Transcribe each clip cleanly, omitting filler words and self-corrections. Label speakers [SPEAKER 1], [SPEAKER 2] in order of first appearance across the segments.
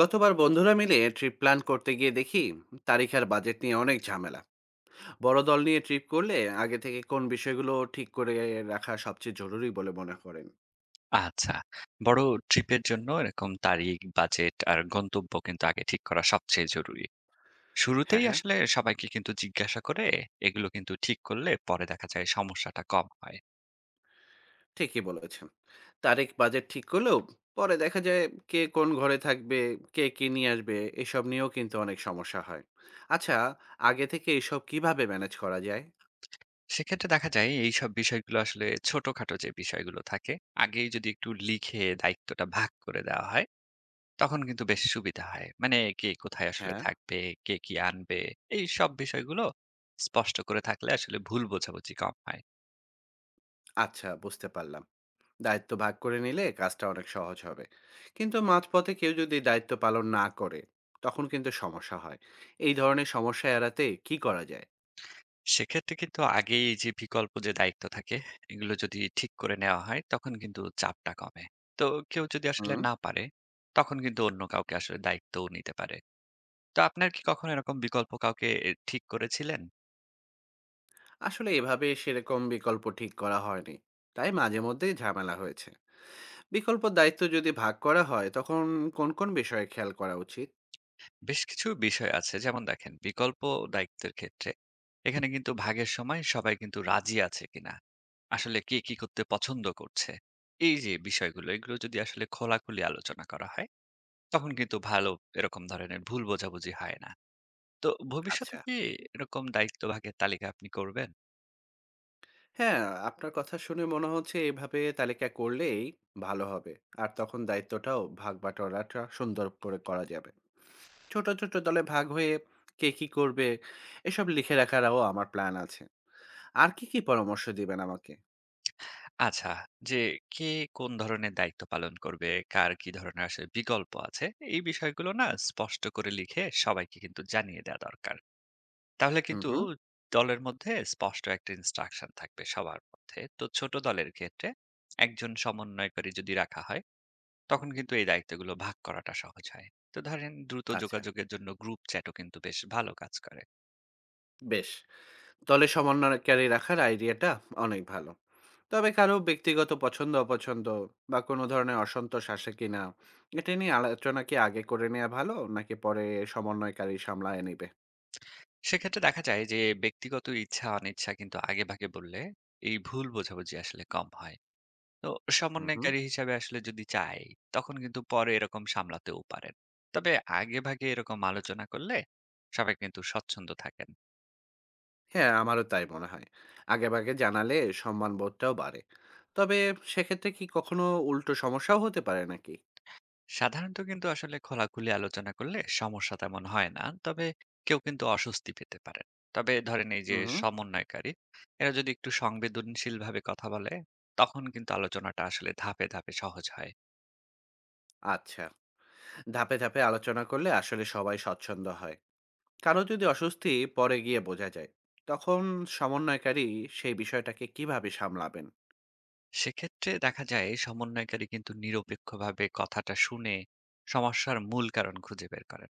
[SPEAKER 1] গতবার বন্ধুরা মিলে ট্রিপ প্ল্যান করতে গিয়ে দেখি তারিখ আর বাজেট নিয়ে অনেক ঝামেলা। বড় দল নিয়ে ট্রিপ করলে আগে থেকে কোন বিষয়গুলো ঠিক করে রাখা সবচেয়ে জরুরি বলে মনে করেন?
[SPEAKER 2] আচ্ছা। বড় ট্রিপের জন্য এরকম তারিখ, বাজেট আর গন্তব্য কিন্তু আগে ঠিক করা সবচেয়ে জরুরি।
[SPEAKER 1] হ্যাঁ
[SPEAKER 2] শুরুতেই
[SPEAKER 1] হ্যাঁ,
[SPEAKER 2] আসলে সবাইকে কিন্তু জিজ্ঞাসা করে এগুলো কিন্তু ঠিক করলে পরে দেখা যায় সমস্যাটা কম হয়।
[SPEAKER 1] ঠিকই বলেছেন। তারিখ বাজেট ঠিক করলেও পরে দেখা যায় কে কোন ঘরে থাকবে, কে কি নিয়ে আসবে, এসব নিয়েও কিন্তু অনেক সমস্যা হয়। আচ্ছা, আগে থেকে এসব কিভাবে ম্যানেজ করা যায়?
[SPEAKER 2] সেক্ষেত্রে দেখা যায় এইসব বিষয়গুলো আসলে ছোটখাটো যে বিষয়গুলো থাকে, আগেই যদি একটু লিখে দায়িত্বটা ভাগ করে দেওয়া হয়, তখন কিন্তু বেশ সুবিধা হয়। মানে কে কোথায় আসলে
[SPEAKER 1] হ্যাঁ।
[SPEAKER 2] থাকবে, কে কি আনবে, এইসব বিষয়গুলো স্পষ্ট করে থাকলে আসলে ভুল বোঝাবুঝি কম হয়।
[SPEAKER 1] আচ্ছা, বুঝতে পারলাম। দায়িত্ব ভাগ করে নিলে কাজটা অনেক সহজ হবে, কিন্তু মাঝপথে কেউ যদি দায়িত্ব পালন না করে তখন কিন্তু সমস্যা হয়। এই ধরনের সমস্যা এড়াতে কি করা যায়?
[SPEAKER 2] সেক্ষেত্রে কিন্তু আগেই এই যে বিকল্প যে দায়িত্ব থাকে এগুলো যদি ঠিক করে নেওয়া হয় তখন কিন্তু চাপটা কমে। তো কেউ যদি আসলে
[SPEAKER 1] হুম।
[SPEAKER 2] না পারে তখন কিন্তু অন্য কাউকে আসলে দায়িত্বও নিতে পারে। তো আপনার কি কখনো এরকম বিকল্প কাউকে ঠিক করেছিলেন?
[SPEAKER 1] আসলে এভাবে সেরকম বিকল্প ঠিক করা হয়নি, তাই মাঝে মধ্যেই ঝামেলা হয়েছে। বিকল্প দায়িত্ব যদি ভাগ করা হয় তখন কোন কোন বিষয়ে খেয়াল করা উচিত?
[SPEAKER 2] বেশ কিছু বিষয় আছে, যেমন দেখেন বিকল্প দায়িত্বের ক্ষেত্রে এখানে কিন্তু ভাগের সময় সবাই কিন্তু রাজি আছে কিনা, আসলে কে কি করতে পছন্দ করছে, এই যে বিষয়গুলো এগুলো যদি আসলে খোলাখুলি আলোচনা করা হয় তখন কিন্তু ভালো, এরকম ধরনের ভুল বোঝাবুঝি হয় না। তো ভবিষ্যতে
[SPEAKER 1] আচ্ছা।
[SPEAKER 2] কি এরকম দায়িত্বভাগের তালিকা আপনি করবেন?
[SPEAKER 1] হ্যাঁ, আপনার কথা শুনে মনে হচ্ছে এভাবে তালিকা করলেই ভালো হবে। আর তখন দায়িত্বটাও ভাগ বাটোয়ারাটা সুন্দর করে করা যাবে। ছোট, ছোট দলে ভাগ হয়ে কে কি করবে এসব লিখে রাখারও আমার প্ল্যান আছে। আর কি, কি পরামর্শ দিবেন আমাকে?
[SPEAKER 2] আচ্ছা, যে কে কোন ধরনের দায়িত্ব পালন করবে, কার কি ধরনের আসলে বিকল্প আছে, এই বিষয়গুলো না স্পষ্ট করে লিখে সবাইকে কিন্তু জানিয়ে দেওয়া দরকার। তাহলে
[SPEAKER 1] হুম,
[SPEAKER 2] কিন্তু
[SPEAKER 1] হুম।
[SPEAKER 2] দলের মধ্যে স্পষ্ট একটা ইনস্ট্রাকশন থাকবে সবার মধ্যে। তো ছোট দলের ক্ষেত্রে একজন সমন্বয়কারী যদি রাখা হয়, তখন কিন্তু এই দায়িত্বগুলো ভাগ করাটা সহজ হয়। তো ধরেন দ্রুত
[SPEAKER 1] আচ্ছা,
[SPEAKER 2] যোগাযোগের জন্য গ্রুপ চ্যাটও কিন্তু বেশ ভালো কাজ করে।
[SPEAKER 1] বেশ। দলে সমন্বয়কারী রাখার আইডিয়াটা অনেক ভালো। তবে কারো ব্যক্তিগত পছন্দ-অপছন্দ বা কোনো ধরনের অসন্তোষ আসে কিনা, এটা নিয়ে আলোচনা কি আগে করে নেওয়া ভালো নাকি পরে সমন্বয়কারী সামলায় নিবে?
[SPEAKER 2] সেক্ষেত্রে দেখা যায় যে ব্যক্তিগত ইচ্ছা অনিচ্ছা কিন্তু আগে ভাগে বললে এই ভুল বোঝাবুঝি আসলে কম হয়। তো
[SPEAKER 1] হুম, হুম।
[SPEAKER 2] সমন্বয়কারী হিসাবে আসলে যদি চাই তখন কিন্তু পরে এরকম সামলাতেও পারেন। তবে আগে ভাগে এরকম আলোচনা করলে সবাই কিন্তু স্বচ্ছন্দ থাকেন।
[SPEAKER 1] হ্যাঁ, আমারও তাই মনে হয়। আগেভাগে জানালে সম্মানবোধটাও বাড়ে। তবে সেক্ষেত্রে কি কখনো উল্টো সমস্যাও হতে পারে নাকি?
[SPEAKER 2] সাধারণত কিন্তু আসলে খোলাখুলি আলোচনা করলে সমস্যা তেমন হয় না, তবে কেউ কিন্তু অস্বস্তি পেতে পারেন। তবে ধরেন এই যে
[SPEAKER 1] হুম, হুম।
[SPEAKER 2] সমন্বয়কারী, এরা যদি একটু সংবেদনশীল ভাবে কথা বলে তখন কিন্তু আলোচনাটা আসলে ধাপে ধাপে সহজ হয়।
[SPEAKER 1] আচ্ছা। ধাপে, ধাপে আলোচনা করলে আসলে সবাই স্বচ্ছন্দ হয়। কারো যদি অস্বস্তি পরে গিয়ে বোঝা যায়, তখন সমন্বয়কারী সেই বিষয়টাকে কিভাবে সামলাবেন?
[SPEAKER 2] সেক্ষেত্রে দেখা যায় সমন্বয়কারী কিন্তু নিরপেক্ষভাবে কথাটা শুনে সমস্যার মূল কারণ খুঁজে বের করেন।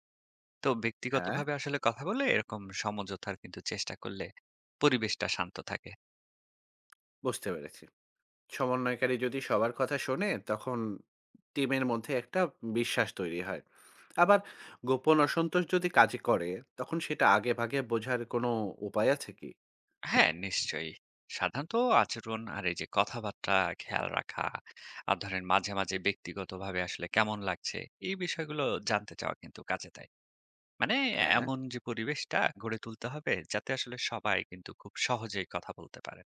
[SPEAKER 2] তো
[SPEAKER 1] হ্যাঁ।
[SPEAKER 2] ব্যক্তিগতভাবে আসলে কথা বলে এরকম সমঝোতার কিন্তু চেষ্টা করলে পরিবেশটা শান্ত থাকে।
[SPEAKER 1] বুঝতে পেরেছি। সমন্বয়কারী যদি সবার কথা শোনে, তখন টিমের মধ্যে একটা বিশ্বাস তৈরি হয়। আবার গোপন অসন্তোষ যদি কাজ করে, তখন সেটা আগেভাগে বোঝার কোনো উপায় আছে কি?
[SPEAKER 2] হ্যাঁ নিশ্চয়ই। সাধারণত আচরণ আর এই যে কথাবার্তা খেয়াল রাখা, আর ধরেন মাঝে মাঝে ব্যক্তিগতভাবে আসলে কেমন লাগছে এই বিষয়গুলো জানতে চাওয়া কিন্তু কাজে দেয়। মানে
[SPEAKER 1] হ্যাঁ।
[SPEAKER 2] এমন যে পরিবেশটা গড়ে তুলতে হবে যাতে আসলে সবাই কিন্তু খুব সহজেই কথা বলতে পারে।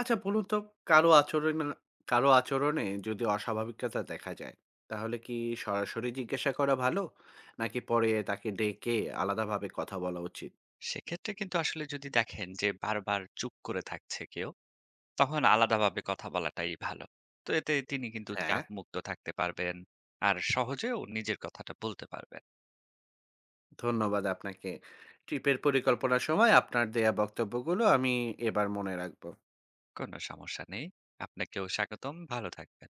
[SPEAKER 1] আচ্ছা বলুন তো কারো আচরণে কারো আচরণে যদি অস্বাভাবিকতা দেখা যায়, তাহলে কি সরাসরি জিজ্ঞাসা করা ভালো? নাকি পরে তাকে ডেকে আলাদাভাবে কথা বলা উচিত?
[SPEAKER 2] সেক্ষেত্রে কিন্তু আসলে যদি দেখেন যে বারবার চুপ করে থাকছে কেউ তখন আলাদাভাবে কথা বলাটাই ভালো। তো এতে তিনি কিন্তু
[SPEAKER 1] হ্যাঁ,
[SPEAKER 2] চাপ মুক্ত থাকতে পারবেন আর সহজেও নিজের কথাটা বলতে পারবেন।
[SPEAKER 1] ধন্যবাদ আপনাকে। ট্রিপের পরিকল্পনার সময় আপনার দেয়া বক্তব্যগুলো আমি এবার মনে রাখবো।
[SPEAKER 2] কোনো সমস্যা নেই। আপনাকেও স্বাগতম, ভালো থাকবেন।